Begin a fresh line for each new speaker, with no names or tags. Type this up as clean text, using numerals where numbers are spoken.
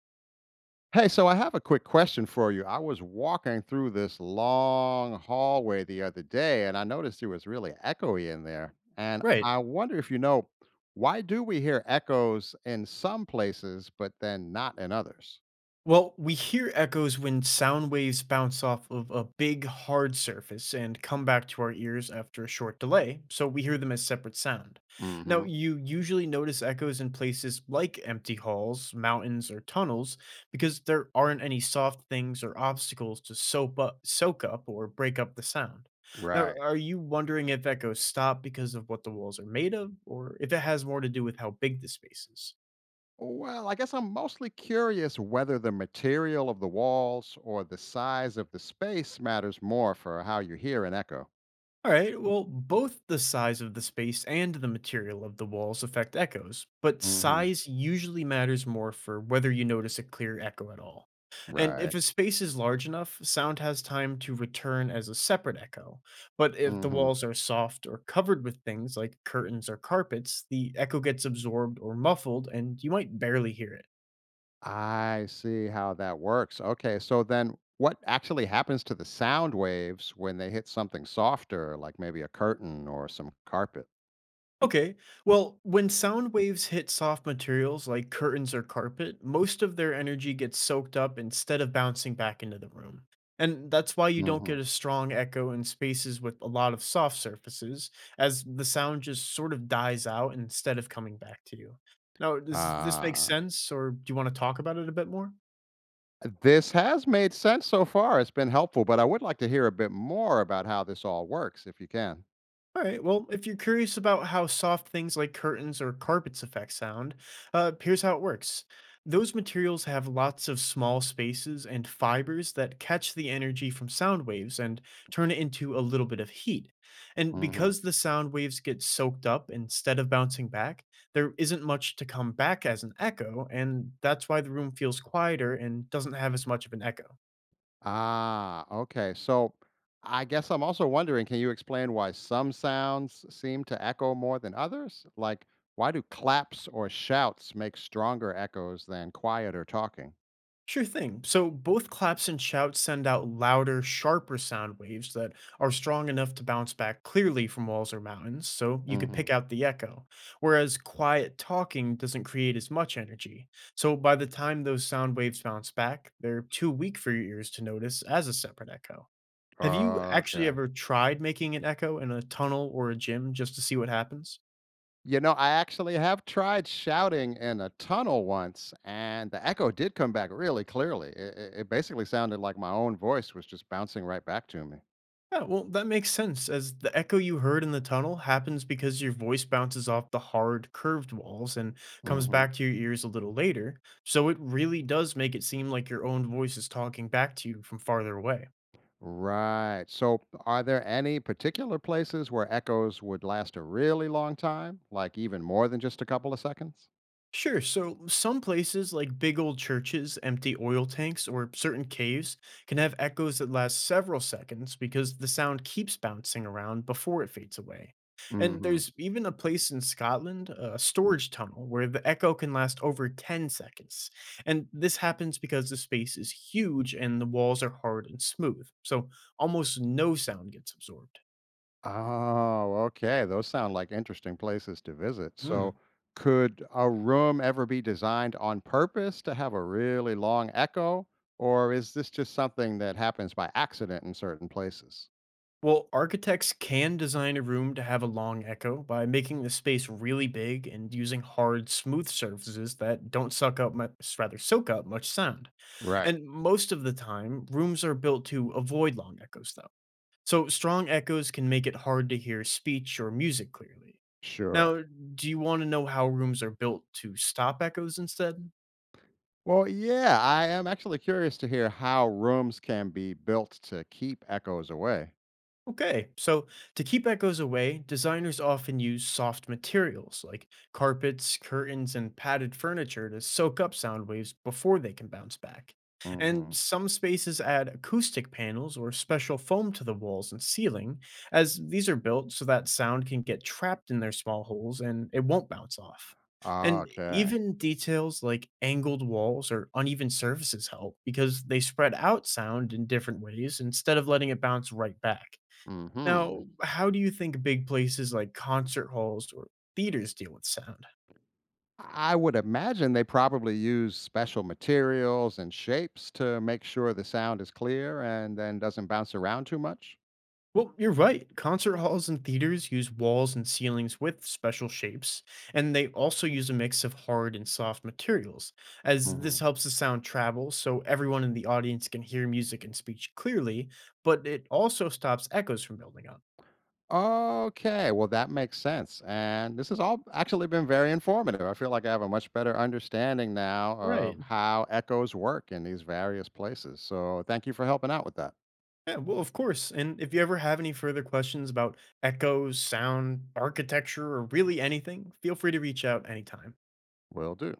Hey, so I have a quick question for you. I was walking through this long hallway the other day and I noticed it was really echoey in there. And
Right.
I wonder if you know why do we hear echoes in some places but then not in others?
Well, we hear echoes when sound waves bounce off of a big, hard surface and come back to our ears after a short delay, so we hear them as separate sound. Now,
Hmm.
you usually notice echoes in places like empty halls, mountains, or tunnels because there aren't any soft things or obstacles to soap up, soak up or break up the sound. Now,
Right.
are you wondering if echoes stop because of what the walls are made of, or if it has more to do with how big the space is?
Well, I guess I'm mostly curious whether the material of the walls or the size of the space matters more for how you hear an echo.
All right, well, both the size of the space and the material of the walls affect echoes, but
Hmm.
size usually matters more for whether you notice a clear echo at all. And
Right.
if a space is large enough, sound has time to return as a separate echo. But if the
Hmm.
walls are soft or covered with things like curtains or carpets, the echo gets absorbed or muffled, and you might barely hear it.
I see how that works. Okay, so then what actually happens to the sound waves when they hit something softer, like maybe a curtain or some carpet?
Okay. Well, when sound waves hit soft materials like curtains or carpet, most of their energy gets soaked up instead of bouncing back into the room. And that's why you don't
Hmm.
get a strong echo in spaces with a lot of soft surfaces, as the sound just sort of dies out instead of coming back to you. Now, does this make
Uh,
sense, or do you want to talk about it a bit more?
this has made sense so far. It's been helpful, but I would like to hear a bit more about how this all works if you can.
All right. Well, if you're curious about how soft things like curtains or carpets affect sound, here's how it works. Those materials have lots of small spaces and fibers that catch the energy from sound waves and turn it into a little bit of heat. And
Hmm.
because the sound waves get soaked up instead of bouncing back, there isn't much to come back as an echo, and that's why the room feels quieter and doesn't have as much of an echo.
Ah, okay. So I guess I'm also wondering can you explain why some sounds seem to echo more than others? Like, why do claps or shouts make stronger echoes than quieter talking?
Sure thing. So both claps and shouts send out louder, sharper sound waves that are strong enough to bounce back clearly from walls or mountains, so you could pick
Hmm.
out the echo. Whereas quiet talking doesn't create as much energy. So by the time those sound waves bounce back, they're too weak for your ears to notice as a separate echo. Have you actually
Okay.
ever tried making an echo in a tunnel or a gym just to see what happens?
You know, I actually have tried shouting in a tunnel once, and the echo did come back really clearly. It basically sounded like my own voice was just bouncing right back to me.
Yeah, well, that makes sense, as the echo you heard in the tunnel happens because your voice bounces off the hard, curved walls and comes
Hmm.
back to your ears a little later, so it really does make it seem like your own voice is talking back to you from farther away.
Right. So, are there any particular places where echoes would last a really long time, like even more than just a couple of seconds?
Sure. So some places, like big old churches, empty oil tanks, or certain caves, can have echoes that last several seconds because the sound keeps bouncing around before it fades away. And
Hmm.
there's even a place in Scotland, a storage tunnel, where the echo can last over 10 seconds. And this happens because the space is huge and the walls are hard and smooth, so almost no sound gets absorbed.
Oh, okay. Those sound like interesting places to visit. So, could a room ever be designed on purpose to have a really long echo, or is this just something that happens by accident in certain places?
Well, architects can design a room to have a long echo by making the space really big and using hard, smooth surfaces that don't suck up much, rather soak up much sound.
Right.
And most of the time, rooms are built to avoid long echoes, though. So strong echoes can make it hard to hear speech or music clearly.
Sure.
Now, do you want to know how rooms are built to stop echoes instead?
Well, yeah, I am actually curious to hear how rooms can be built to keep echoes away.
Okay, so to keep echoes away, designers often use soft materials like carpets, curtains, and padded furniture to soak up sound waves before they can bounce back. And
Mhm.
some spaces add acoustic panels or special foam to the walls and ceiling, as these are built so that sound can get trapped in their small holes and it won't bounce off. And
Okay.
even details like angled walls or uneven surfaces help because they spread out sound in different ways instead of letting it bounce right back.
Mhm.
Now, how do you think big places like concert halls or theaters deal with sound?
I would imagine they probably use special materials and shapes to make sure the sound is clear and then doesn't bounce around too much.
Well, you're right. Concert halls and theaters use walls and ceilings with special shapes, and they also use a mix of hard and soft materials, as this
Mhm.
helps the sound travel so everyone in the audience can hear music and speech clearly, but it also stops echoes from building up.
Okay, well that makes sense. And this has all actually been very informative. I feel like I have a much better understanding now of
Right.
how echoes work in these various places. So, thank you for helping out with that.
Yeah, well, of course. And if you ever have any further questions about echoes, sound, architecture, or really anything, feel free to reach out anytime.
Will do.